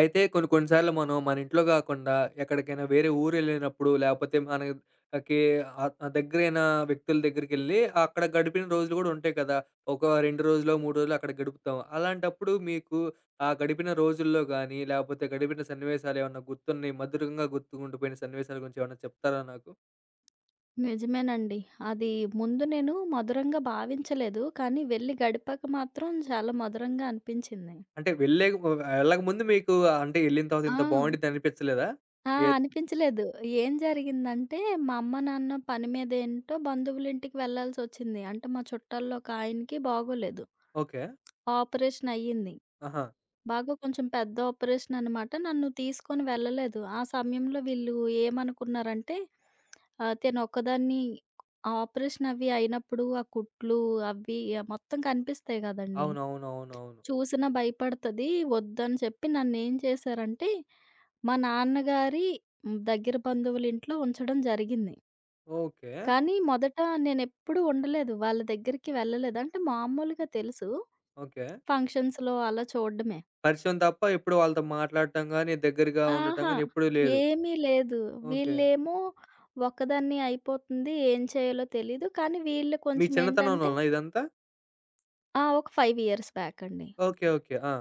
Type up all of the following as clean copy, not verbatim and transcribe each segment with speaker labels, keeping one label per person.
Speaker 1: అయితే కొన్ని కొన్ని సార్లు మనం మన ఇంట్లో గాకుండా ఎక్కడికైనా వేరే ఊరెళ్ళినప్పుడు, లేపోతే మనకి దగ్గరైన వ్యక్తుల దగ్గరికెళ్ళి అక్కడ గడిపిన రోజులు గూడా ఉంటాయి కదా! ఒక 2 రోజులో, 3 రోజులో అక్కడ గడుపుతాం. అలాంటప్పుడు మీకు ఆ గడిపిన రోజుల్లో గానీ, లేపోతే గడిపిన సన్నివేశాలేమన్నా గుర్తున్నాయి, మధురంగా గుర్తుకుండిపోయిన సన్నివేశాల గురించి ఏమన్నా చెప్తారా నాకు?
Speaker 2: నిజమేనండి. అది ముందు నేను మధురంగా భావించలేదు. కానీ వెళ్లి గడిపాక మాత్రం చాలా మధురంగా అనిపించింది.
Speaker 1: అంటే వెళ్ళే ఎళ్ళకముందు మీకు అంటే ఎళ్ళిన తర్వాత
Speaker 2: ఆ!
Speaker 1: ఇంత బావుండిద్ది అనిపించలేదా?
Speaker 2: ఆ!
Speaker 1: ఏద్
Speaker 2: అనిపించలేదు. ఏం జరిగిందంటే మా అమ్మ, నాన్న పని మీద ఏంటో బంధువులింటికి వెళ్ళాల్సొచ్చింది. అంటే మా చుట్టాల్లో ఒకాయనకి బాగోలేదు.
Speaker 1: ఓకే.
Speaker 2: ఆపరేషన్ అయ్యింది.
Speaker 1: ఆహా!
Speaker 2: బాగా కొంచెం పెద్ద ఆపరేషన్ అనమాట. నన్ను తీసుకొని వెళ్ళలేదు. ఆ సమయంలో వీళ్ళు ఏమనుకున్నారంటే, తినొక్కదాన్ని ఆపరేషన్ అవి అయినప్పుడు ఆ కుట్లు అవి మొత్తం కనిపిస్తాయి గదండీ!
Speaker 1: అవునవునవునవును.
Speaker 2: చూసినా భయపడతది వద్దని చెప్పి నన్నేం చేశారంటే, మా నాన్నగారి దగ్గర బంధువుల ఇంట్లో ఉంచడం జరిగింది.
Speaker 1: ఓకే.
Speaker 2: కానీ మొదట నేనెప్పుడూ ఉండలేదు. వాళ్ళ దగ్గరికి వెళ్ళలేదు. అంటే మామూలుగా తెలుసు.
Speaker 1: ఓకే.
Speaker 2: ఫంక్షన్స్‌లో అలా చూడడమే.
Speaker 1: పరిచయం తప్ప ఎప్పుడు వాళ్ళతో మాట్లాడటం గాని, దగ్గరగా ఉండటం
Speaker 2: ఆహా!
Speaker 1: గాని ఎప్పుడూ లేదు.
Speaker 2: ఏమీ లేదు.
Speaker 1: ఓకే.
Speaker 2: వీళ్ళేమో ఒక్కదాన్ని అయిపోతుంది. ఏం చేయాలో తెలీదు. కానీ వీళ్ళు
Speaker 1: మీ
Speaker 2: కొంచెం ఏంటంటే
Speaker 1: చిన్నతనంలోనా ఇదంతా?
Speaker 2: ఆ! ఒక 5 ఇయర్స్ బ్యాక్ అండి.
Speaker 1: ఓకే. ఓకే. ఆ!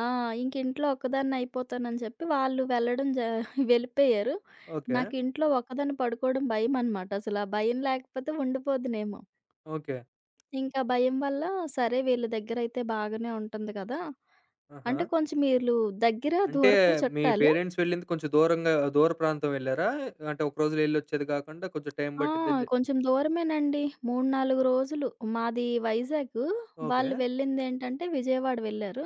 Speaker 2: ఆ! ఇంక ఇంట్లో ఒక్కదాన్ని అయిపోతానని చెప్పి వాళ్ళు వెళ్ళడం జ వెళ్ళిపోయారు.
Speaker 1: ఓకే.
Speaker 2: నాకు ఇంట్లో ఒక్కదాన్ని పడుకోవడం భయమనమాట. అసలు ఆ భయం లేకపోతే ఉండిపోదునేమో.
Speaker 1: ఓకే.
Speaker 2: ఇంకా భయం వల్ల సరే వీళ్ళ దగ్గరైతే బాగానే ఉంటుంది కదా!
Speaker 1: ఆహా!
Speaker 2: అంటే కొంచెం వీళ్ళు దగ్గర
Speaker 1: అంటే
Speaker 2: దూరపు
Speaker 1: మీ
Speaker 2: చుట్టాలు.
Speaker 1: పేరెంట్స్ వెళ్ళింది కొంచెం దూరంగా దూర ప్రాంతం వెళ్లారా? అంటే ఒక రోజులో ఎళ్లొచ్చేది కాకుండా కొంచెం టైం
Speaker 2: ఆ!
Speaker 1: పట్టిద్దని
Speaker 2: కొంచెం దూరమేనండి. 3, 4 రోజులు. మాది వైజాగ్.
Speaker 1: ఓకే.
Speaker 2: వాళ్ళు వెళ్ళిందేంటంటే విజయవాడ వెళ్ళారు.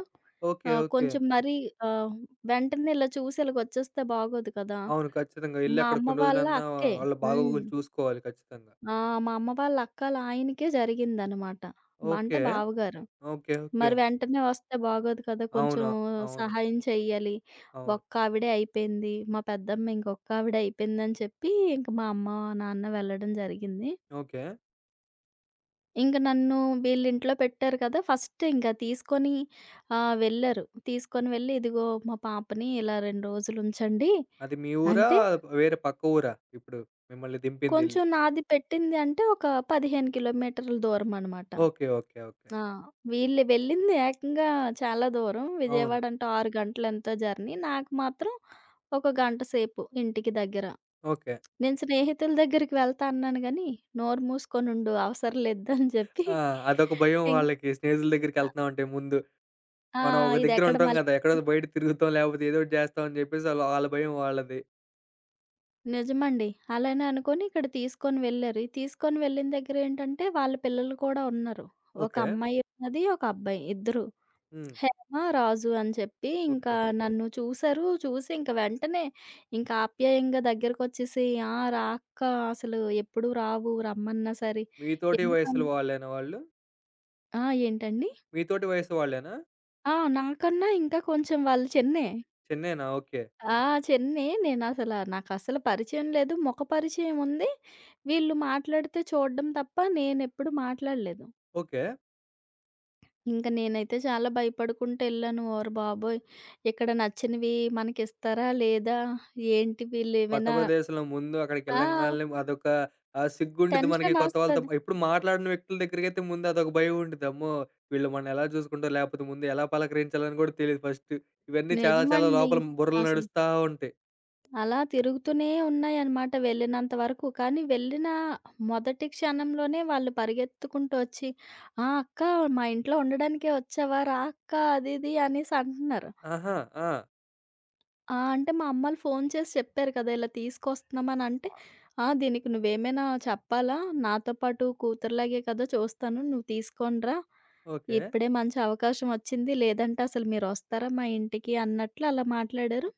Speaker 1: ఓకే. ఓకే.
Speaker 2: కొంచెం మరీ ఆహ్, వెంటనే ఇలా చూసి ఇలాగొచ్చేస్తే బాగోదు కదా!
Speaker 1: అవును. ఖచ్చితంగా ఎళ్లి
Speaker 2: మా
Speaker 1: అక్కడ
Speaker 2: అమ్మ
Speaker 1: కొన్ని
Speaker 2: వాళ్ళ
Speaker 1: రోజులన్నా
Speaker 2: అక్కే.
Speaker 1: వాళ్ళ
Speaker 2: హ్మ్.
Speaker 1: బాగోగులు చూసుకోవాలి ఖచ్చితంగా.
Speaker 2: ఆ! మా అమ్మ వాళ్ళ అక్కాళ్ళ ఆయనకే జరిగిందనమాట. అంటే
Speaker 1: ఓకే.
Speaker 2: బావగారు.
Speaker 1: ఓకే. ఓకే.
Speaker 2: మరి వెంటనే వస్తే బాగోదు కదా! కొంచెం
Speaker 1: అవును. అవును.
Speaker 2: సహాయం చెయ్యాలి.
Speaker 1: అవును.
Speaker 2: ఒక్క ఆవిడే అయిపోయింది. మా పెద్దమ్మ ఇంకొక ఆవిడ అయిపోయిందని చెప్పి ఇంక మా అమ్మ, నాన్న వెళ్ళడం జరిగింది.
Speaker 1: ఓకే.
Speaker 2: ఇంక నన్ను వీళ్ళింట్లో పెట్టారు కదా! ఫస్ట్ ఇంక తీసుకొని వెళ్లారు. తీసుకొని వెళ్లి, "ఇదిగో మా పాపని ఇలా 2 రోజులు ఉంచండి"
Speaker 1: అది మీ ఊరా?
Speaker 2: అంటే,
Speaker 1: వేరే పక్క ఊరా ఇప్పుడు మిమ్మల్ని దింపిందెళ్ళి?
Speaker 2: కొంచెం నాది పెట్టింది అంటే ఒక 15 కిలోమీటర్ల దూరం అనమాట.
Speaker 1: ఓకే. ఓకే. ఓకే.
Speaker 2: ఆ! వీళ్ళు వెళ్ళింది ఏకంగా చాలా దూరం.
Speaker 1: అవును.
Speaker 2: విజయవాడ అంటే 6 గంటలు ఎంతో జర్నీ. నాకు మాత్రం ఒక గంట సేపు ఇంటికి దగ్గర.
Speaker 1: ఓకే.
Speaker 2: నేను స్నేహితుల దగ్గరికి వెళ్తా అన్నాను గానీ, "నోరు మూసుకొనుండు అవసరం లేదు" అని చెప్పి
Speaker 1: ఆ! అదొక భయం
Speaker 2: ఇం
Speaker 1: వాళ్ళకి స్నేహితుల దగ్గరికెళ్తున్నామంటే ముందు.
Speaker 2: ఆ!
Speaker 1: మనం ఒక దగ్గర
Speaker 2: ఇదెక్కడ
Speaker 1: ఉంటాం
Speaker 2: మళ్ళీ
Speaker 1: గదా! ఎక్కడో బయట తిరుగుతాం, లేపోతే ఏదో ఒకటి జేస్తాం అని జెప్పేసి ఆళ్ళ ఆళ్ళ భయం వాళ్ళది.
Speaker 2: నిజమండి. అలానే అనుకోని ఇక్కడ తీసుకొని వెళ్లారు. ఈ తీసుకొని వెళ్ళిన దగ్గరేంటంటే, వాళ్ళ పిల్లలు కూడా ఉన్నారు. ఒక
Speaker 1: ఓకే.
Speaker 2: అమ్మాయి ఉన్నది, ఒక అబ్బాయి ఇద్దరు.
Speaker 1: హ్మ్.
Speaker 2: హేమ, రాజు అని చెప్పి ఇంకా
Speaker 1: ఓకే.
Speaker 2: నన్ను చూసారు. చూసి ఇంక వెంటనే ఇంక ఆప్యాయంగా దగ్గరకొచ్చేసి, "ఆ! రా అక్క అసలు ఎప్పుడు రావు రమ్మన్నా సరే."
Speaker 1: మీతోటి
Speaker 2: ఎందుకన్
Speaker 1: వయసులు వాళ్ళేనా వాళ్ళు?
Speaker 2: ఆ! ఏంటండి?
Speaker 1: మీతోటి వయసు వాళ్ళేనా?
Speaker 2: ఆ! నాకన్నా ఇంకా కొంచెం వాళ్ళు చిన్నే.
Speaker 1: చిన్నేనా? ఓకే.
Speaker 2: ఆ! చెన్నై నాకసలు పరిచయం లేదు. మొఖ పరిచయం ఉంది. వీళ్ళు మాట్లాడితే చూడడం తప్ప నేనెప్పుడు మాట్లాడలేదు.
Speaker 1: ఓకే.
Speaker 2: ఇంక నేనైతే చాలా భయపడుకుంటూ ఎళ్ళాను. ఓరి బాబోయ్! ఇక్కడ నచ్చినవి మనకిస్తారా? లేదా? ఏంటి
Speaker 1: కొత్త
Speaker 2: వీళ్ళేమైనా
Speaker 1: ప్రదేశంలో ముందు
Speaker 2: ఆ!
Speaker 1: అక్కడికెళ్ళంగాల్నే అదొక సిగ్గుండిద్ది మనకి కొత్త వాళ్ళతో.
Speaker 2: టెన్షనొస్తది.
Speaker 1: ఎప్పుడు మాట్లాడని వ్యక్తుల దగ్గరికైతే ముందు అదొక భయం ఉండిద్ది. అమ్మో! వీళ్ళు మనల్ని ఎలా చూసుకుంటారో, లేపోతే ముందు ఎలా పలకరించాలని కూడా తెలీదు ఫస్ట్. ఇవన్నీ చాలా చాలా
Speaker 2: నిజమండి.
Speaker 1: లోపల బుర్రలో
Speaker 2: అసలు
Speaker 1: నడుస్తా ఉంటాయి.
Speaker 2: అలా తిరుగుతూనే ఉన్నాయన్నమాట వెళ్ళినంత వరకు. కానీ వెళ్ళిన మొదటి క్షణంలోనే వాళ్ళు పరిగెత్తుకుంటూ వచ్చి, "ఆ! అక్క మా ఇంట్లో ఉండడానికే వచ్చావా? రా అక్క" అది ఇది అనేసి అంటున్నారు.
Speaker 1: ఆహా! ఆ!
Speaker 2: ఆ! అంటే మా అమ్మోళ్ళు ఫోను చేసి చెప్పారు కదా! ఇలా తీసుకొస్తున్నామని అంటే, "ఆ! దీనికి నువ్వేమైనా చెప్పాలా? నాతో పాటు కూతురులాగే కదా చూస్తాను. నువ్వు తీసుకొని రా.
Speaker 1: ఓకే.
Speaker 2: ఇప్పుడే మంచి అవకాశం వచ్చింది. లేదంటే అసలు మీరొస్తారా మా ఇంటికి?" అన్నట్లు అలా మాట్లాడారు.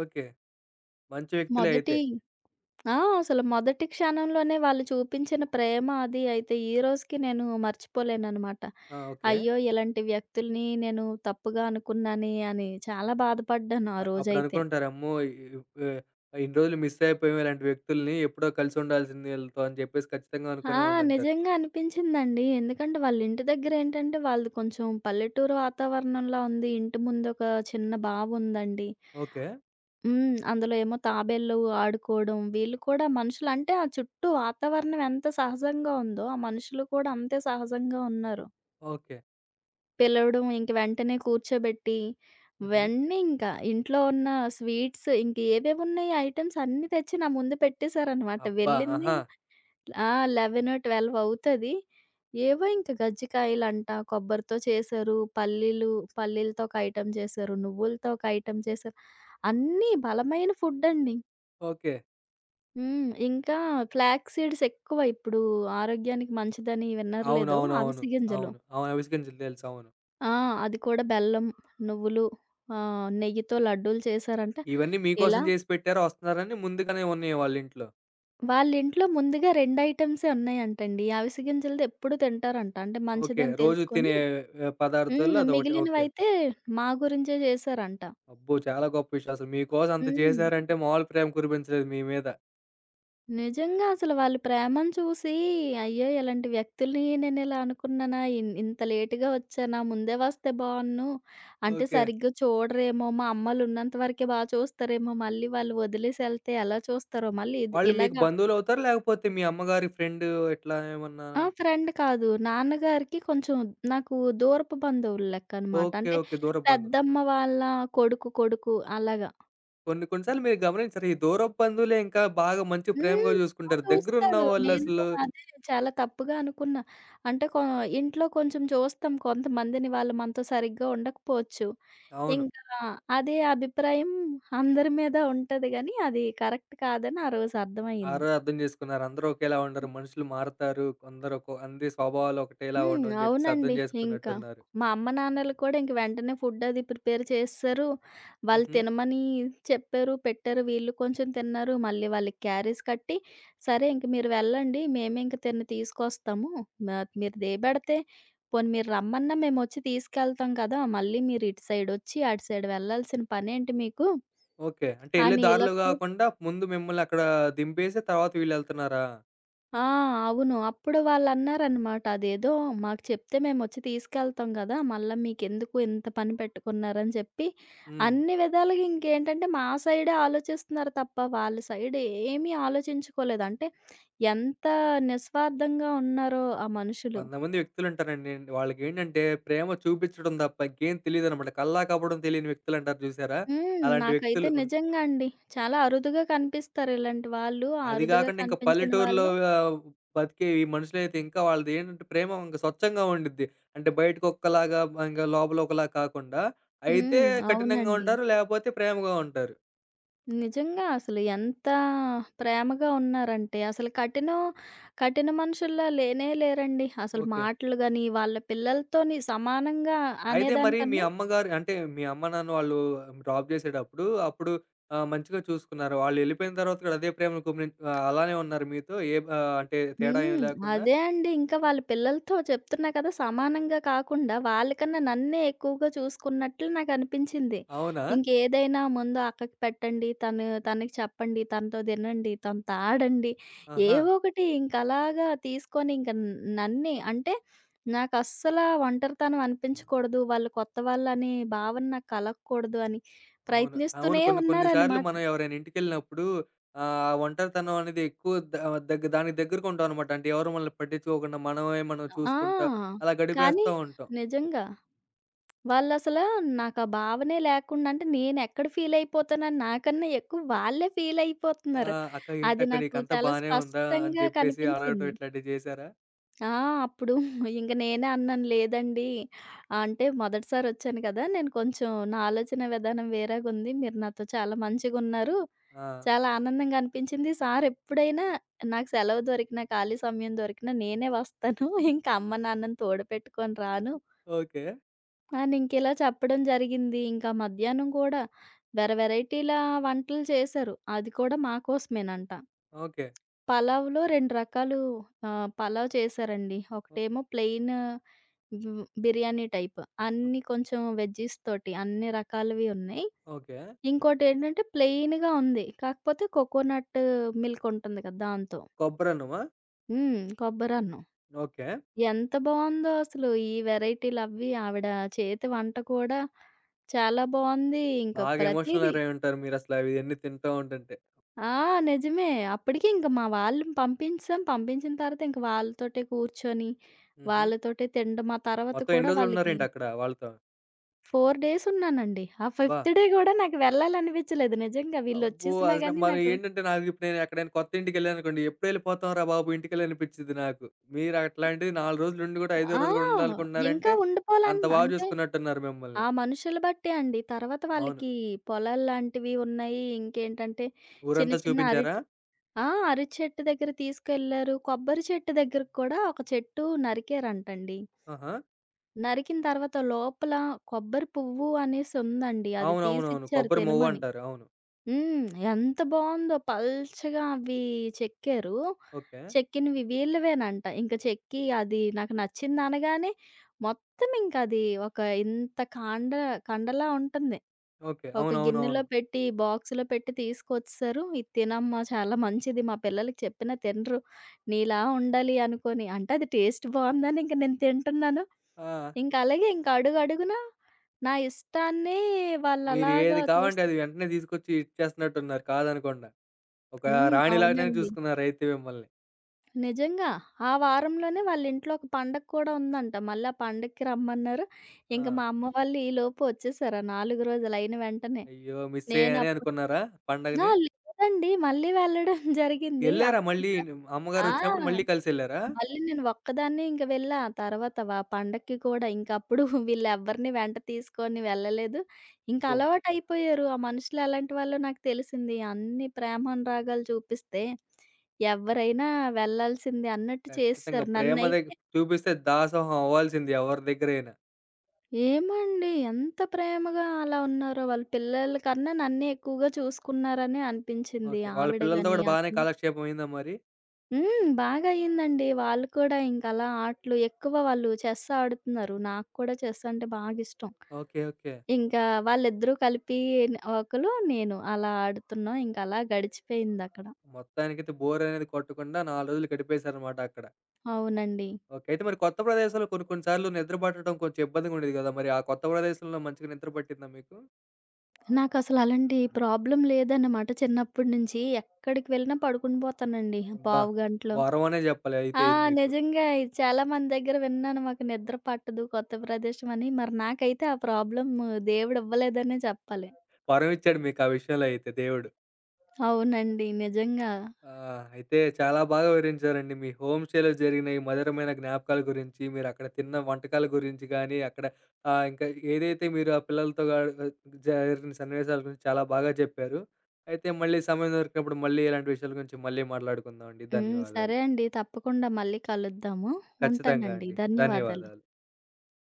Speaker 1: ఓకే. మంచి వ్యక్తులే
Speaker 2: మొదటి
Speaker 1: అయితే.
Speaker 2: ఆ! అసలు మొదటి క్షణంలోనే వాళ్ళు చూపించిన ప్రేమ అది అయితే ఈ రోజుకి నేను మర్చిపోలేననమాట.
Speaker 1: ఆ! ఓకే.
Speaker 2: అయ్యో! ఇలాంటి వ్యక్తుల్ని నేను తప్పుగా అనుకున్నానే అని చాలా బాధపడ్డాను ఆ
Speaker 1: అ
Speaker 2: రోజైతే.
Speaker 1: అప్పుడనుకుంటారు అమ్మో! ఇ ఇ ఇన్ని రోజులు మిస్ అయిపోయాం ఇలాంటి వ్యక్తుల్ని. ఎప్పుడో కలిసుండాల్సింది ఈళ్ళతో అని చెప్పేసి ఖచ్చితంగా
Speaker 2: ఆ!
Speaker 1: అనుకునే ఉండుంటారు.
Speaker 2: నిజంగా అనిపించిందండి. ఎందుకంటే వాళ్ళ ఇంటి దగ్గరేంటంటే వాళ్ళది కొంచెం పల్లెటూరు వాతావరణంలా ఉంది. ఇంటి ముందొక చిన్న బావుందండి.
Speaker 1: ఓకే.
Speaker 2: హ్మ్. అందులో ఏమో తాబేళ్ళు ఆడుకోవడం, వీళ్ళు కూడా మనుషులంటే ఆ చుట్టూ వాతావరణం ఎంత సహజంగా ఉందో, ఆ మనుషులు కూడా అంతే సహజంగా ఉన్నారు.
Speaker 1: ఓకే.
Speaker 2: పిలవడం, ఇంక వెంటనే కూర్చోబెట్టి,
Speaker 1: హుహు.
Speaker 2: వెంటనే ఇంకా ఇంట్లో ఉన్న స్వీట్స్ ఇంక ఏవేవున్నాయి ఐటెమ్స్ అన్నీ తెచ్చి నా ముందు పెట్టేశారనమాట.
Speaker 1: అబ్బా!
Speaker 2: వెళ్ళింది
Speaker 1: ఆహా!
Speaker 2: ఆ! 11, 12 అవుతది. ఏవో ఇంక కజ్జికాయలంట, కొబ్బరితో చేశారు, పల్లీలతో ఒక ఐటెమ్ చేశారు, నువ్వులతో ఒక ఐటెమ్ చేశారు. అన్నీ బలమైన ఫుడ్డండి.
Speaker 1: ఓకే.
Speaker 2: హ్మ్. ఇంకా ఫ్లాక్స్ సీడ్స్ ఎక్కువ ఇప్పుడు ఆరోగ్యానికి మంచిదని విన్నారో లేదో
Speaker 1: అవునవునవును.
Speaker 2: అవిసె గింజలు.
Speaker 1: అవును. అవును. అవిసె గింజలు తెలుసు. అవును.
Speaker 2: ఆ! అది కూడా బెల్లం, నువ్వులు నెయ్యితో లడ్డూలు చేశారంట.
Speaker 1: ఇవన్నీ
Speaker 2: ఇలా
Speaker 1: మీకోసం చేసి పెట్టారు వస్తున్నారని ముందుగానే ఉన్నాయి వాళ్ళింట్లో.
Speaker 2: వాళ్ళింట్లో ముందుగా 2 ఐటెమ్సే ఉన్నాయంటండి. అవిసె గింజలది ఎప్పుడూ తింటారంట. అంటే
Speaker 1: ఓకే.
Speaker 2: మంచిదని
Speaker 1: రోజు తినే
Speaker 2: తెలుసుకొని
Speaker 1: పదార్థాల్లో
Speaker 2: హ్మ్.
Speaker 1: అదొకటి. ఓకే.
Speaker 2: మిగిలినవైతే మా గురించే చేశారంట.
Speaker 1: అబ్బో! చాలా గొప్ప విషయం. అసలు మీకోసం అంత
Speaker 2: హ్మ్.
Speaker 1: చేశారంటే మామూలు ప్రేమ కురిపించలేదు మీ మీద.
Speaker 2: నిజంగా అసలు వాళ్ళ ప్రేమను చూసి, అయ్యో! ఇలాంటి వ్యక్తుల్ని నేనిలా అనుకున్నానా? ఇంత లేట్‌గా వచ్చానా? ముందే వస్తే బావున్ను. అంటే
Speaker 1: ఓకే.
Speaker 2: సరిగ్గా చూడరేమో, మా అమ్మలున్నంత వరకే బా చూస్తారేమో, మళ్ళీ వాళ్ళు వదిలేసి ఎళ్తే ఎలా చూస్తారో, మళ్ళీ ఇది
Speaker 1: వాళ్ళు మీకు
Speaker 2: ఇలాగా
Speaker 1: బంధువులవుతారా? లేకపోతే మీ అమ్మగారి ఫ్రెండ్ ఇట్లా ఏమన్నా?
Speaker 2: ఆ! ఫ్రెండ్ కాదు. నాన్నగారికి కొంచెం నాకు దూరపు బంధువులు లెక్కనమాట.
Speaker 1: ఓకే.
Speaker 2: అంటే
Speaker 1: ఓకే. దూరపు బంధువు.
Speaker 2: పెద్దమ్మ వాళ్ళ కొడుకు అలాగా.
Speaker 1: కొన్ని కొన్ని సార్లు మీరు గమనించరా? ఈ దూరపు బంధువులే ఇంకా బాగా మంచి
Speaker 2: హ్మ్.
Speaker 1: ప్రేమగా
Speaker 2: బా
Speaker 1: చూసుకుంటారు. దగ్గరున్న
Speaker 2: చూస్తారు. నేను
Speaker 1: వాళ్ళసలు
Speaker 2: అదే చాలా తప్పుగా అనుకున్నా. అంటే కొ ఇంట్లో కొంచెం చూస్తాం కొంతమందిని వాళ్ళు మనతో సరిగ్గా ఉండకపోవచ్చు.
Speaker 1: అవును.
Speaker 2: ఇంకా అదే అభిప్రాయం అందరి మీద ఉంటది గానీ, అది కరెక్ట్ కాదని ఆ రోజు
Speaker 1: ఆ
Speaker 2: అర్థమయ్యింది.
Speaker 1: రోజు అర్థం చేసుకున్నారు. అందరూ ఒకేలా ఉండరు. మనుషులు మారతారు. కొందరు ఒక్కో అందరి స్వభావాలు ఒకటేలా
Speaker 2: హ్మ్.
Speaker 1: ఉండవని జెప్పేసి అర్థం
Speaker 2: అవునండి. ఇంకా.
Speaker 1: చేసుకున్నట్టున్నారు.
Speaker 2: మా అమ్మ, నాన్నలు కూడా ఇంక వెంటనే ఫుడ్ అది ప్రిపేర్ చేసేశారు. వాళ్ళు
Speaker 1: హుహు.
Speaker 2: తినమని చెప్పారు, పెట్టారు. వీళ్ళు కొంచెం తిన్నారు. మళ్ళీ వాళ్ళకి క్యారీస్ కట్టి, సరే ఇంక మీరు వెళ్ళండి. మేమే ఇంక తిని తీసుకొస్తాము. మా మీరు దేపెడితే పోనీ మీరు రమ్మన్నా మేమొచ్చి తీసుకెళ్తాం కదా! మళ్ళీ మీరు ఇటు సైడొచ్చి, అటు సైడ్ వెళ్ళాల్సిన పనేంటి మీకు?
Speaker 1: ఓకే. అంటే యెళ్ళే
Speaker 2: అని ఇలా
Speaker 1: దారిలో
Speaker 2: కూడా
Speaker 1: గాకుండా ముందు మిమ్మల్ని అక్కడ దింపేసి తర్వాత వీళ్ళెళ్తున్నారా?
Speaker 2: ఆ! అవును. అప్పుడు వాళ్ళన్నారనమాట. అదేదో మాకు చెప్తే మేమొచ్చి తీసుకెళ్తాం గదా! మళ్ళా మీకెందుకు ఇంత పని పెట్టుకున్నారని చెప్పి,
Speaker 1: హ్మ్.
Speaker 2: అన్ని విధాలుగా ఇంకేంటంటే మా సైడే ఆలోచిస్తున్నారు తప్ప వాళ్ళ సైడ్ ఏమీ ఆలోచించుకోలేదు. అంటే ఎంత నిస్వార్థంగా ఉన్నారో ఆ మనుషులు.
Speaker 1: కొంతమంది వ్యక్తులుంటారండి. వాళ్ళకేంటంటే ప్రేమ చూపిచ్చడం తప్ప ఇంకేం తెలీదనమాట. కల్లాకపడం తెలియని వ్యక్తులంటారు చూసారా?
Speaker 2: హ్మ్.
Speaker 1: అలాంటి
Speaker 2: నాకైతే
Speaker 1: వ్యక్తులు
Speaker 2: నిజంగా అండి. చాలా అరుదుగా కనిపిస్తారు ఇలాంటి వాళ్ళు.
Speaker 1: అది
Speaker 2: అరుదుగా
Speaker 1: గాకుండా ఇంకా
Speaker 2: కనిపించిన
Speaker 1: పల్లెటూరులో
Speaker 2: వాళ్ళు
Speaker 1: ఆహ్, బతికే ఈ మనుషులైతే ఇంకా వాళ్ళదేంటంటే ప్రేమ ఇంక స్వచ్ఛంగా ఉండిద్ది. అంటే బయటకొక్కలాగా ఇంక లోపల ఒకలా కాకుండా అయితే
Speaker 2: హ్మ్.
Speaker 1: కఠినంగా
Speaker 2: అవునండి.
Speaker 1: ఉంటారు. లేపోతే ప్రేమగా ఉంటారు.
Speaker 2: నిజంగా అసలు ఎంత ప్రేమగా ఉన్నారంటే అసలు కఠిన మనుషుల్లా లేనే లేరండి. అసలు
Speaker 1: ఓకే.
Speaker 2: మాటలు గాని, వాళ్ళ పిల్లలతోని సమానంగా
Speaker 1: అయితే మరి మీ
Speaker 2: అనేదానికన్నా
Speaker 1: అమ్మగారు అంటే మీ అమ్మ, నాన్న వాళ్ళు డ్రాప్ జేసేటప్పుడు అప్పుడు మంచిగా చూసుకున్నారు. వాళ్ళెళ్ళిపోయిన తర్వాత కూడా అదే ప్రేమను అలానే ఉన్నారు మీతో? అంటే తేడా ఏమి
Speaker 2: హ్మ్.
Speaker 1: లేకుండా?
Speaker 2: అదే అండి. ఇంకా వాళ్ళ పిల్లలతో చెప్తున్నా కదా! సమానంగా కాకుండా వాళ్ళకన్నా నన్నే ఎక్కువగా చూసుకున్నట్లు నాకనిపించింది.
Speaker 1: అవునా?
Speaker 2: ఇంకేదైనా ముందు అక్కకి పెట్టండి. తను తనకి చెప్పండి. తనతో తినండి. తనతో ఆడండి.
Speaker 1: ఆహా!
Speaker 2: ఏవో ఒకటి ఇంకలాగా తీసుకొని ఇంక న్ నన్నే అంటే నాకస్సల ఒంటరితనం అనిపించకూడదు. వాళ్ళు కొత్త వాళ్ళనే భావన నాకు కలగకూడదు అని
Speaker 1: అవును. అవును.
Speaker 2: ప్రయత్నిస్తూనే
Speaker 1: కొన్ని కొన్ని సార్లు
Speaker 2: ఉన్నారనమాట.
Speaker 1: మనం ఎవరైనా ఇంటికెళ్ళినప్పుడు ఆ ఒంటరితనం అనేది ఎక్కువ ద దగ్గ దానికి దగ్గరగా ఉంటామనమాట. అంటే ఎవరు మనల్ని పట్టించుకోకుండా మనమే మనం చూసుకుంటా
Speaker 2: ఆ!
Speaker 1: అలా
Speaker 2: కానీ
Speaker 1: గడిపేస్తా ఉంటాం.
Speaker 2: నిజంగా. వాళ్ళసలా నాకా భావనే లేకుండా అంటే నేనెక్కడ ఫీలయిపోతానని నాకన్నా ఎక్కువ వాళ్ళే
Speaker 1: ఆ!
Speaker 2: ఫీలయిపోతున్నారు.
Speaker 1: "అక్క
Speaker 2: అది
Speaker 1: ఏంటక్క
Speaker 2: నాకు
Speaker 1: నీకంతా
Speaker 2: చాలా
Speaker 1: బానే ఉందా?" అని
Speaker 2: స్పష్టంగా
Speaker 1: చెప్పేసి అడగటం
Speaker 2: కనిపించింది.
Speaker 1: ఇట్లాంటివి చేశారా?
Speaker 2: ఆ! అప్పుడు ఇంక నేనే అన్నాను, లేదండి అంటే మొదటిసారొచ్చాను కదా! నేను కొంచెం నా ఆలోచన విధానం వేరేగుంది. మీరు నాతో చాలా మంచిగున్నారు.
Speaker 1: ఆ!
Speaker 2: చాలా ఆనందంగా అనిపించింది. సారెప్పుడైనా నాకు సెలవు దొరికినా, ఖాళీ సమయం దొరికినా నేనే వస్తాను. ఇంకా అమ్మ, నాన్నని తోడుపెట్టుకొని రాను.
Speaker 1: ఓకే.
Speaker 2: అని ఇంకిలా చెప్పడం జరిగింది. ఇంకా మధ్యాహ్నం కూడా వెరైటీల వంటలు చేశారు. అది కూడా మా కోసమేనంట.
Speaker 1: ఓకే.
Speaker 2: పలావ్‌లో 2 రకాలు పలావ్ చేశారండి.
Speaker 1: ఓ
Speaker 2: ఒకటేమో ప్లెయిన్ హ్మ్, బిర్యానీ టైప్.
Speaker 1: ఓ
Speaker 2: అన్నీ కొంచెం వెజ్జీస్‌తోటి అన్ని రకాలవి ఉన్నాయి.
Speaker 1: ఓకే.
Speaker 2: ఇంకోటేంటంటే ప్లెయిన్‌గా ఉంది. కాకపోతే కోకోనట్ మిల్క్ ఉంటుంది కదా! దాంతో.
Speaker 1: కొబ్బరన్నమా?
Speaker 2: హ్మ్. కొబ్బరన్నం.
Speaker 1: ఓకే.
Speaker 2: ఎంత బావుందో అసలు. ఈ వెరైటీలవ్వి ఆవిడ చేతి వంట కూడా చాలా బావుంది. ఇంక
Speaker 1: బాగా ఎమోషనల్
Speaker 2: ప్రతీదీ
Speaker 1: అయ్యుంటారు మీరసల ఇయన్నీ తింటా ఉంటుంటే.
Speaker 2: ఆ! నిజమే. అప్పటికి ఇంక మా వాళ్ళని పంపించేసాం. పంపించిన తర్వాత ఇంక వాళ్ళతోటే కూర్చొని,
Speaker 1: హుహు.
Speaker 2: వాళ్ళతోటే తినడం. ఆ తర్వాత
Speaker 1: మొత్తం ఎన్ని
Speaker 2: కూడా వాళ్ళకి
Speaker 1: రోజులున్నారేంటి అక్కడ వాళ్ళతో?
Speaker 2: 4 డేస్ ఉన్నానండి. ఆ
Speaker 1: అబ్బా!
Speaker 2: ఫిఫ్త్ డే గూడా నాకు వెళ్ళాలనిపించలేదు నిజంగా.
Speaker 1: అబ్బో!
Speaker 2: వీళ్ళొచ్చేసినా
Speaker 1: అసలు
Speaker 2: గానీ
Speaker 1: మరి
Speaker 2: నాకు
Speaker 1: ఏంటంటే నాకు ఇప్పుడు నేను ఎక్కడైనా కొత్త ఇంటికెళ్ళాననుకోండి, "ఎప్పుడెళ్ళిపోతాం రా బాబు ఇంటికెళ్ళి" అనిపిచ్చిద్ది నాకు. మీరు అట్లాంటిది 4 రోజులుండి కూడా ఐదో
Speaker 2: ఆ!
Speaker 1: రోజు కూడా
Speaker 2: ఇంకా
Speaker 1: ఉండాలనుకుంటున్నారంటే, అంత
Speaker 2: ఉండిపోవాలని
Speaker 1: బా
Speaker 2: అంటే
Speaker 1: చూసుకున్నట్టున్నారు
Speaker 2: ఆ
Speaker 1: మిమ్మల్ని.
Speaker 2: మనుషులు బట్టే అండి. తర్వాత
Speaker 1: అవును.
Speaker 2: వాళ్ళకి పొలాల్లాంటివి ఉన్నాయి. ఇంకేంటంటే చిన్న
Speaker 1: ఊరంతా
Speaker 2: చిన్న
Speaker 1: చూపించారా?
Speaker 2: అరటి ఆ! అరటి చెట్టు దగ్గర తీసుకెళ్లారు. కొబ్బరి చెట్టు దగ్గరకి కూడా ఒక చెట్టు నరికారంటండి.
Speaker 1: ఆహా!
Speaker 2: నరికిన తర్వాత లోపల కొబ్బరి పువ్వు అనేసి ఉందండి. అది
Speaker 1: అవునవునవును.
Speaker 2: తీసిచ్చారు
Speaker 1: కొబ్బరి మొవ్వ
Speaker 2: తినమని.
Speaker 1: అంటారు. అవును.
Speaker 2: హ్మ్. ఎంత బావుందో పల్చగా అవి చెక్కారు.
Speaker 1: ఓకే.
Speaker 2: చెక్కినవి వీళ్ళవేనంట. ఇంక చెక్కి అది నాకు నచ్చిందనగానే మొత్తం ఇంకది ఒక ఇంత కాండ కండలా ఉంటుంది.
Speaker 1: ఓకే.
Speaker 2: ఒక గిన్నెలో
Speaker 1: అవునవునవును.
Speaker 2: పెట్టి, బాక్స్‌లో పెట్టి తీసుకొచ్చేసారు. "ఇది తినమ్మా చాలా మంచిది. మా పిల్లలకి చెప్పినా తినరు. నీలా ఉండాలి" అనుకోని. అంటే అది టేస్ట్ బావుందని ఇంక నేను తింటున్నాను.
Speaker 1: ఆ!
Speaker 2: ఇంక అలాగే ఇంక అడుగడుగునా నా ఇష్టాన్ని
Speaker 1: మీరు
Speaker 2: వాళ్ళలాగా
Speaker 1: ఏది కావాలంటే
Speaker 2: చూస్తూ
Speaker 1: అది వెంటనే తీసుకొచ్చి ఇచ్చేస్తున్నట్టున్నారు కాదనకుండా. ఒక
Speaker 2: హ్మ్.
Speaker 1: రాణిలాగానే
Speaker 2: అవునండి.
Speaker 1: చూసుకున్నారైతే మిమ్మల్ని.
Speaker 2: నిజంగా. ఆ వారంలోనే వాళ్ళింట్లో ఒక పండగ కూడా ఉందంట. మళ్ళీ ఆ పండగకి రమ్మన్నారు. ఇంక
Speaker 1: ఆ!
Speaker 2: మా అమ్మ వాళ్ళు ఈలోపు వచ్చేసారు. ఆ 4 రోజులు అయిన వెంటనే.
Speaker 1: అయ్యో! మిస్ అయ్యానే
Speaker 2: నేనప్పుడు
Speaker 1: అనుకున్నారా
Speaker 2: ఆ!
Speaker 1: పండగని?
Speaker 2: లేదండి. మళ్ళీ వెళ్ళడం జరిగింది.
Speaker 1: ఎళ్లారా మళ్ళీ
Speaker 2: అప్పుడింకా ఆ!
Speaker 1: అమ్మగారొచ్చినప్పుడు మళ్ళీ కలిసెళ్లారా?
Speaker 2: మళ్ళీ నేను ఒక్కదాన్నే ఇంక వెళ్ళా. తర్వాత వ పండక్కి కూడా ఇంకప్పుడు వీళ్ళెవ్వరిని వెంట తీసుకొని వెళ్ళలేదు. ఇంక
Speaker 1: అబ్బో!
Speaker 2: అలవాటయిపోయారు. ఆ మనుషులు ఎలాంటి వాళ్ళో నాకు తెలిసింది. అన్ని ప్రేమానురాగాలు చూపిస్తే ఎవరైనా వెళ్ళాల్సిందే అన్నట్టు
Speaker 1: ఖచ్చితంగా
Speaker 2: చేసేశారు.
Speaker 1: ప్రేమ
Speaker 2: నన్నైతే
Speaker 1: చూపిస్తే దాసోహం అవ్వాల్సింది ఎవరి దగ్గరైనా.
Speaker 2: ఏమండి ఎంత ప్రేమగా అలా ఉన్నారో, వాళ్ళ పిల్లల కన్నా నన్నే ఎక్కువగా చూసుకున్నారనే అనిపించింది.
Speaker 1: ఓకే. వాళ్ళ
Speaker 2: ఆవిడ
Speaker 1: పిల్లలతో
Speaker 2: గాని
Speaker 1: గూడా బానే
Speaker 2: అతను.
Speaker 1: కాలక్షేపం అయిందా మరి?
Speaker 2: హ్మ్. బాగా అయిందండి. వాళ్ళు కూడా ఇంక అలా ఆటలు ఎక్కువ వాళ్ళు చెస్ ఆడుతున్నారు. నాకు కూడా చెస్ అంటే బాగా ఇష్టం.
Speaker 1: ఓకే. ఓకే.
Speaker 2: ఇంకా వాళ్ళిద్దరూ కలిపి ఒకలు, నేను అలా ఆడుతున్నాం. ఇంక అలా గడిచిపోయిందక్కడ.
Speaker 1: మొత్తానికైతే బోరనేది కొట్టకుండా 4 రోజులు గడిపేశారనమాట అక్కడ.
Speaker 2: అవునండి.
Speaker 1: ఓకే. అయితే మరి కొత్త ప్రదేశాల్లో కొన్ని కొన్ని సార్లు నిద్ర పట్టడం కొంచెం ఇబ్బందిగా ఉండేది గదా! మరి ఆ కొత్త ప్రదేశంలో మంచిగా నిద్ర పట్టిందా మీకు?
Speaker 2: నాకసలు అలాంటి ప్రాబ్లమ్ లేదన్నమాట చిన్నప్పటి నుంచి. ఎక్కడికి వెళ్ళినా పడుకుని పోతానండి
Speaker 1: అబ్బా!
Speaker 2: పావుగంటలో.
Speaker 1: వరం అనే జెప్పాలి అయితే
Speaker 2: ఆ!
Speaker 1: ఇది మీకు.
Speaker 2: నిజంగా ఇది చాలా మంది దగ్గర విన్నాను. మాకు నిద్ర పట్టదు కొత్త ప్రదేశం అని. మరి నాకైతే ఆ ప్రాబ్లమ్ దేవుడు ఇవ్వలేదనే చెప్పాలి.
Speaker 1: వరం ఇచ్చాడు మీకు ఆ విషయంలో అయితే దేవుడు.
Speaker 2: అవునండి. నిజంగా.
Speaker 1: ఆ! అయితే చాలా బాగా వివరించారండి. మీ హోమ్ స్టేలో జరిగిన ఈ మధురమైన జ్ఞాపకాల గురించి, మీరక్కడ తిన్న వంటకాల గురించి గానీ, అక్కడ ఇంకా ఏదైతే మీరు ఆ పిల్లలతో జరిగిన సన్నివేశాల గురించి చాలా బాగా చెప్పారు. అయితే మళ్ళీ సమయం దొరికినప్పుడు మళ్ళీ ఇలాంటి విషయాల గురించి మళ్ళీ మాట్లాడుకుందామండి.
Speaker 2: హ్మ్.
Speaker 1: ధన్యవాదాలు.
Speaker 2: సరే అండి. తప్పకుండా మళ్ళీ కలుద్దాము.
Speaker 1: ఖచ్చితంగా
Speaker 2: ఉంటానండి.
Speaker 1: అండి.
Speaker 2: ధన్యవాదాలు.
Speaker 1: ధన్యవాదాలు.